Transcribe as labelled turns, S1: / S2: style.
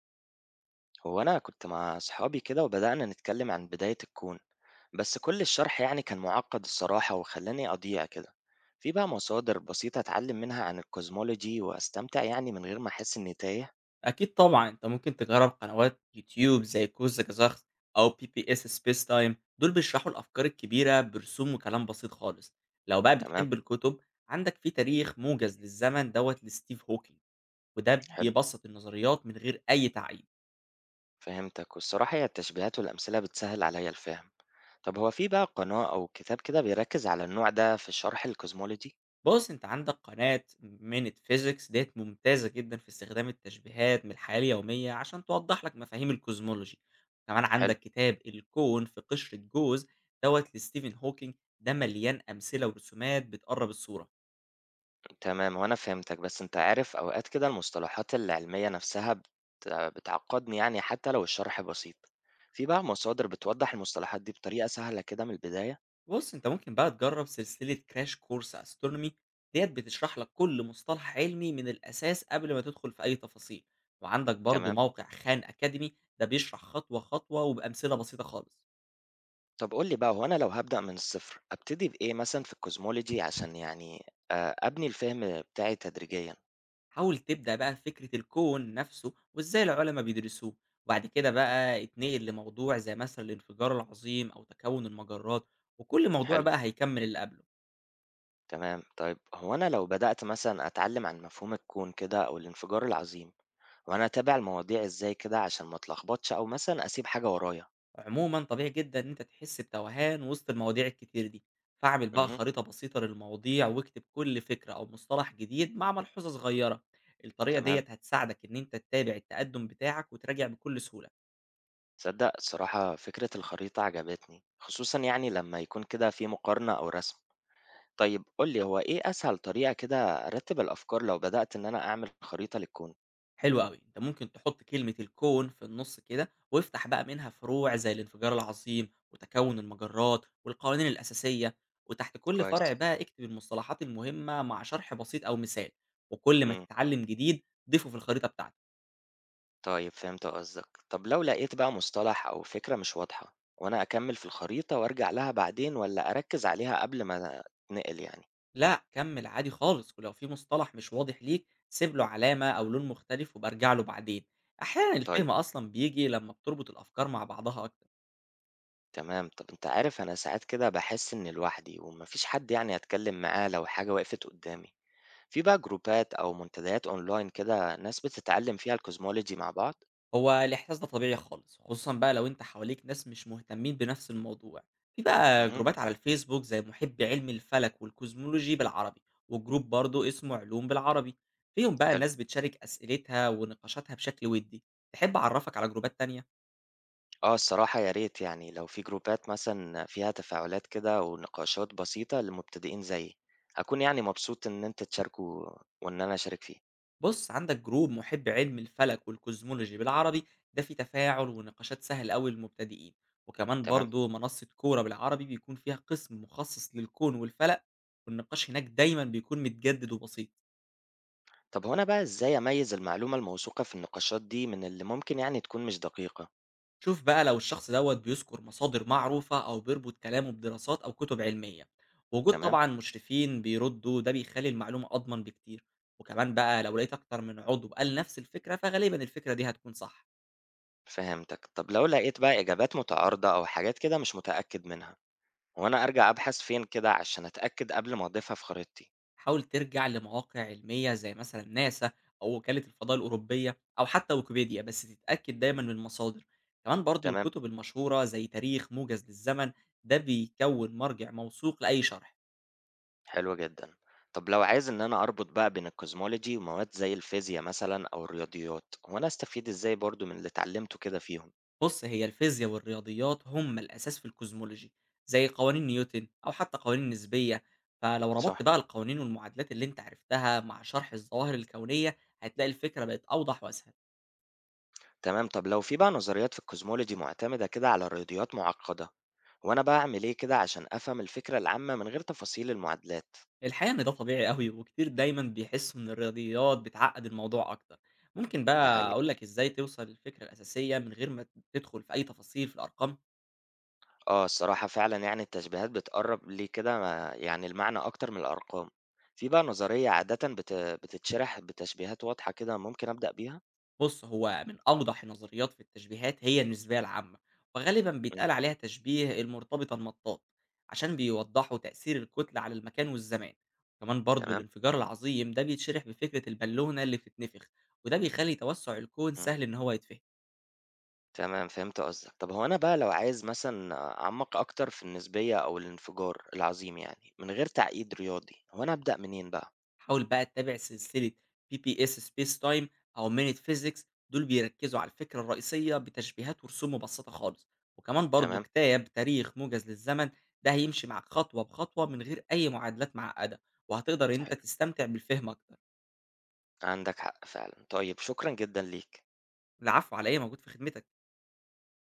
S1: هو أنا كنت مع أصحابي كده وبدأنا نتكلم عن بداية الكون. بس كل الشرح يعني كان معقد الصراحة وخلاني أضيع كده. في بقى مصادر بسيطة أتعلم منها عن الكوزمولوجي وأستمتع يعني من غير ما أحس إني تايه؟
S2: أكيد طبعًا، أنت ممكن تجرّب قنوات يوتيوب زي قوس قزاقز أو PBS Space Time، دول بيشرحوا الأفكار الكبيرة برسوم وكلام بسيط خالص. لو بقى
S1: تمام.
S2: بتحب الكتب، عندك في تاريخ موجز للزمن دوّة لستيف هوكينج، وده
S1: حلو.
S2: بيبسط النظريات من غير أي تعقيد.
S1: فهمتك، والصراحة هي التشبيهات والأمثلة بتسهل عليا الفهم. طب هو في بقى قناة أو كتاب كده بيركز على النوع ده في شرح الكوزمولوجي؟
S2: بُص، أنت عندك قناة Minute Physics ديّة ممتازة جدًا في استخدام التشبيهات من الحياة اليومية عشان توضّح لك مفاهيم الcosmology. كمان
S1: حلو.
S2: عندك كتاب الكون في قشرة جوز دوّة لستيفن هوكينج، ده مليان أمثلة ورسومات بتقرّب الصورة.
S1: تمام، هو أنا فهمتك، بس أنت عارف أوقات كده المصطلحات العلمية نفسها بتعقّدني يعني حتى لو الشرح بسيط. في بقى مصادر بتوضّح المصطلحات دي بطريقة سهلة كده من البداية؟
S2: بُص، أنت ممكن بقى تجرّب سلسلة Crash Course Astronomy، ديّة بتشرح لك كل مصطلح علمي من الأساس قبل ما تدخل في أي تفاصيل، وعندك برضه
S1: تمام،
S2: موقع Khan Academy، ده بيشرح خطوة، خطوة وبأمثلة بسيطة خالص.
S1: طب قُل لي بقى هو أنا لو هابدأ من الصفر، أبتدي بإيه مثلًا في الcosmology عشان يعني أبني الفهم بتاعي تدريجيًا؟
S2: حاول تبدأ بقى بفكرة الكون نفسه وإزاي العلماء بيدرسوه، وبعد كده بقى اتنقل لموضوع زي مثلا الانفجار العظيم أو تكون المجرات، وكل موضوع
S1: حلو.
S2: بقى هيكمل اللي قبله.
S1: تمام، طيب هو أنا لو بدأت مثلًا أتعلم عن مفهوم الكون كده أو الانفجار العظيم، هو أنا أتابع المواضيع إزاي كده عشان ما اتلخبطش أو مثلًا أسيب حاجة ورايا؟
S2: عموما طبيعي جدا إن أنت تحس بتوهان وسط المواضيع الكتير دي، فاعمل بقى
S1: اهم.
S2: خريطة بسيطة للمواضيع واكتب كل فكرة أو مصطلح جديد مع ملحوظة صغيرة. الطريقة
S1: تمام.
S2: ديت هتساعدك إن أنت تتابع التقدم بتاعك وتراجع بكل سهولة.
S1: تصدق الصراحة فكرة الخريطة عجبتني، خصوصا يعني لما يكون كده في مقارنة أو رسم. طيب قولي هو إيه أسهل طريقة كده أرتب الأفكار لو بدأت إن أنا أعمل خريطة للكون؟
S2: حلو أوي، أنت ممكن تحط كلمة الكون في النص كده، وافتح بقى منها فروع زي الانفجار العظيم، وتكون المجرات، والقوانين الأساسية، وتحت كل فرع
S1: كويس.
S2: بقى اكتب المصطلحات المهمة مع شرح بسيط أو مثال، وكل ما
S1: امم
S2: تتعلم جديد ضيفه في الخريطة بتاعتك.
S1: طيب فهمت قصدك. طب لو لقيت بقى مصطلح أو فكرة مش واضحة وأنا أكمل في الخريطة وأرجع لها بعدين ولا أركز عليها قبل ما أتنقل يعني؟
S2: لأ كمل عادي خالص، ولو في مصطلح مش واضح ليك سيب له علامة أو لون مختلف وابقى ارجع له بعدين، أحيانًا
S1: طيب.
S2: الفهم أصلًا بيجي لما بتربط الأفكار مع بعضها أكتر.
S1: تمام، طب أنت عارف أنا ساعات كده بحس إني لوحدي ومفيش حد يعني أتكلم معاه لو حاجة وقفت قدامي. في بقى جروبات أو منتديات أونلاين كده ناس بتتعلم فيها الكوزمولوجي مع بعض؟
S2: هو الإحساس ده طبيعي خالص، خصوصًا بقى لو أنت حواليك ناس مش مهتمين بنفس الموضوع. في بقى
S1: اهم.
S2: جروبات على الفيسبوك زي محبي علم الفلك والكوزمولوجي بالعربي، وجروب برضه اسمه علوم بالعربي، فيهم بقى
S1: حلو.
S2: الناس بتشارك أسئلتها ونقاشاتها بشكل ودي. تحب أعرفك على جروبات تانية؟
S1: آه الصراحة يا ريت، يعني لو في جروبات مثلا فيها تفاعلات كده ونقاشات بسيطة للمبتدئين زيي، هكون يعني مبسوط إن أنت تشاركه وإن أنا أشارك فيه.
S2: بُص، عندك جروب محبي علم الفلك والكوزمولوجي بالعربي، ده فيه تفاعل ونقاشات سهلة أوي للمبتدئين، وكمان
S1: تمام؟
S2: برضه منصة كورة بالعربي بيكون فيها قسم مخصص للكون والفلك، والنقاش هناك دايمًا بيكون متجدد وبسيط.
S1: طب هو أنا بقى إزاي أميز المعلومة الموثوقة في النقاشات دي من اللي ممكن يعني تكون مش دقيقة؟
S2: شوف بقى لو الشخص دوت بيذكر مصادر معروفة أو بيربط كلامه بدراسات أو كتب علمية، وجود
S1: تمام؟
S2: طبعا مشرفين بيردوا ده بيخلي المعلومة أضمن بكتير. وكمان بقى لو لقيت أكتر من عضو قال نفس الفكرة فغالبا الفكرة دي هتكون صح.
S1: فهمتك. طب لو لقيت بقى إجابات متعارضة أو حاجات كده مش متأكد منها، هو أنا أرجع أبحث فين كده عشان أتأكد قبل ما أضيفها في خريطتي؟
S2: حاول ترجع لمواقع علمية زي مثلا ناسا أو وكالة الفضاء الأوروبية أو حتى ويكيبيديا، بس تتأكد دايما من المصادر. كمان برضو
S1: تمام؟
S2: الكتب المشهورة زي تاريخ موجز للزمن، ده بيكون مرجع موثوق لأي شرح.
S1: حلو جدًا. طب لو عايز إن أنا أربط بقى بين الcosmology ومواد زي الفيزياء مثلًا أو الرياضيات، هو أنا أستفيد إزاي برضه من اللي اتعلمته كده فيهم؟
S2: بص، هي الفيزياء والرياضيات هما الأساس في الكوزمولوجي، زي قوانين نيوتن أو حتى قوانين النسبية، فلو ربطت
S1: صح.
S2: بقى القوانين والمعادلات اللي انت عرفتها مع شرح الظواهر الكونية، هتلاقي الفكرة بقت أوضح وأسهل.
S1: تمام. طب لو في بقى نظريات في الcosmology مُعتمدة كده على رياضيات مُعقدة، هو أنا بقى أعمل إيه كده عشان أفهم الفكرة العامة من غير تفاصيل المعادلات؟
S2: الحقيقة إن ده طبيعي قوي وكتير دايما بيحسوا إن الرياضيات بتعقد الموضوع أكتر. ممكن
S1: ده
S2: بقى
S1: حقيقي.
S2: أقولك إزاي توصل للفكرة الأساسية من غير ما تدخل في أي تفاصيل في الأرقام.
S1: آه، الصراحة فعلًا يعني التشبيهات بتقرّب لي كده ما يعني المعنى أكتر من الأرقام. في بقى نظرية عادةً بتتشرح بتشبيهات واضحة كده ممكن أبدأ بيها؟
S2: بُص، هو من أوضح النظريات في التشبيهات هي النسبية العامة، وغالبًا
S1: إمم.
S2: بيتقال عليها تشبيه المرتبطة المطاط، عشان بيوضحوا تأثير الكتلة على المكان والزمان. كمان برضه
S1: تمام.
S2: الانفجار العظيم ده بيتشرح بفكرة البالونة اللي بتتنفخ، وده بيخلي توسع الكون
S1: إمم.
S2: سهل إن هو يتفهم.
S1: تمام، فهمت قصدك. طب هو أنا بقى لو عايز مثلًا أعمّق أكتر في النسبية أو الانفجار العظيم يعني، من غير تعقيد رياضي، هو أنا أبدأ منين بقى؟
S2: حاول بقى تتابع سلسلة PPS Space Time أو Minute Physics، دول بيركزوا على الفكرة الرئيسية بتشبيهات ورسوم مبسطة خالص. وكمان برضو
S1: تمام.
S2: كتاب تاريخ موجز للزمن، ده هيمشي معاك خطوة بخطوة من غير أي معادلات معقدة، وهتقدر إن أنت
S1: حلو.
S2: تستمتع بالفهم أكتر.
S1: عندك حق فعلًا. طيب شكرًا جدًا ليك.
S2: العفو، على إيه، موجود في خدمتك.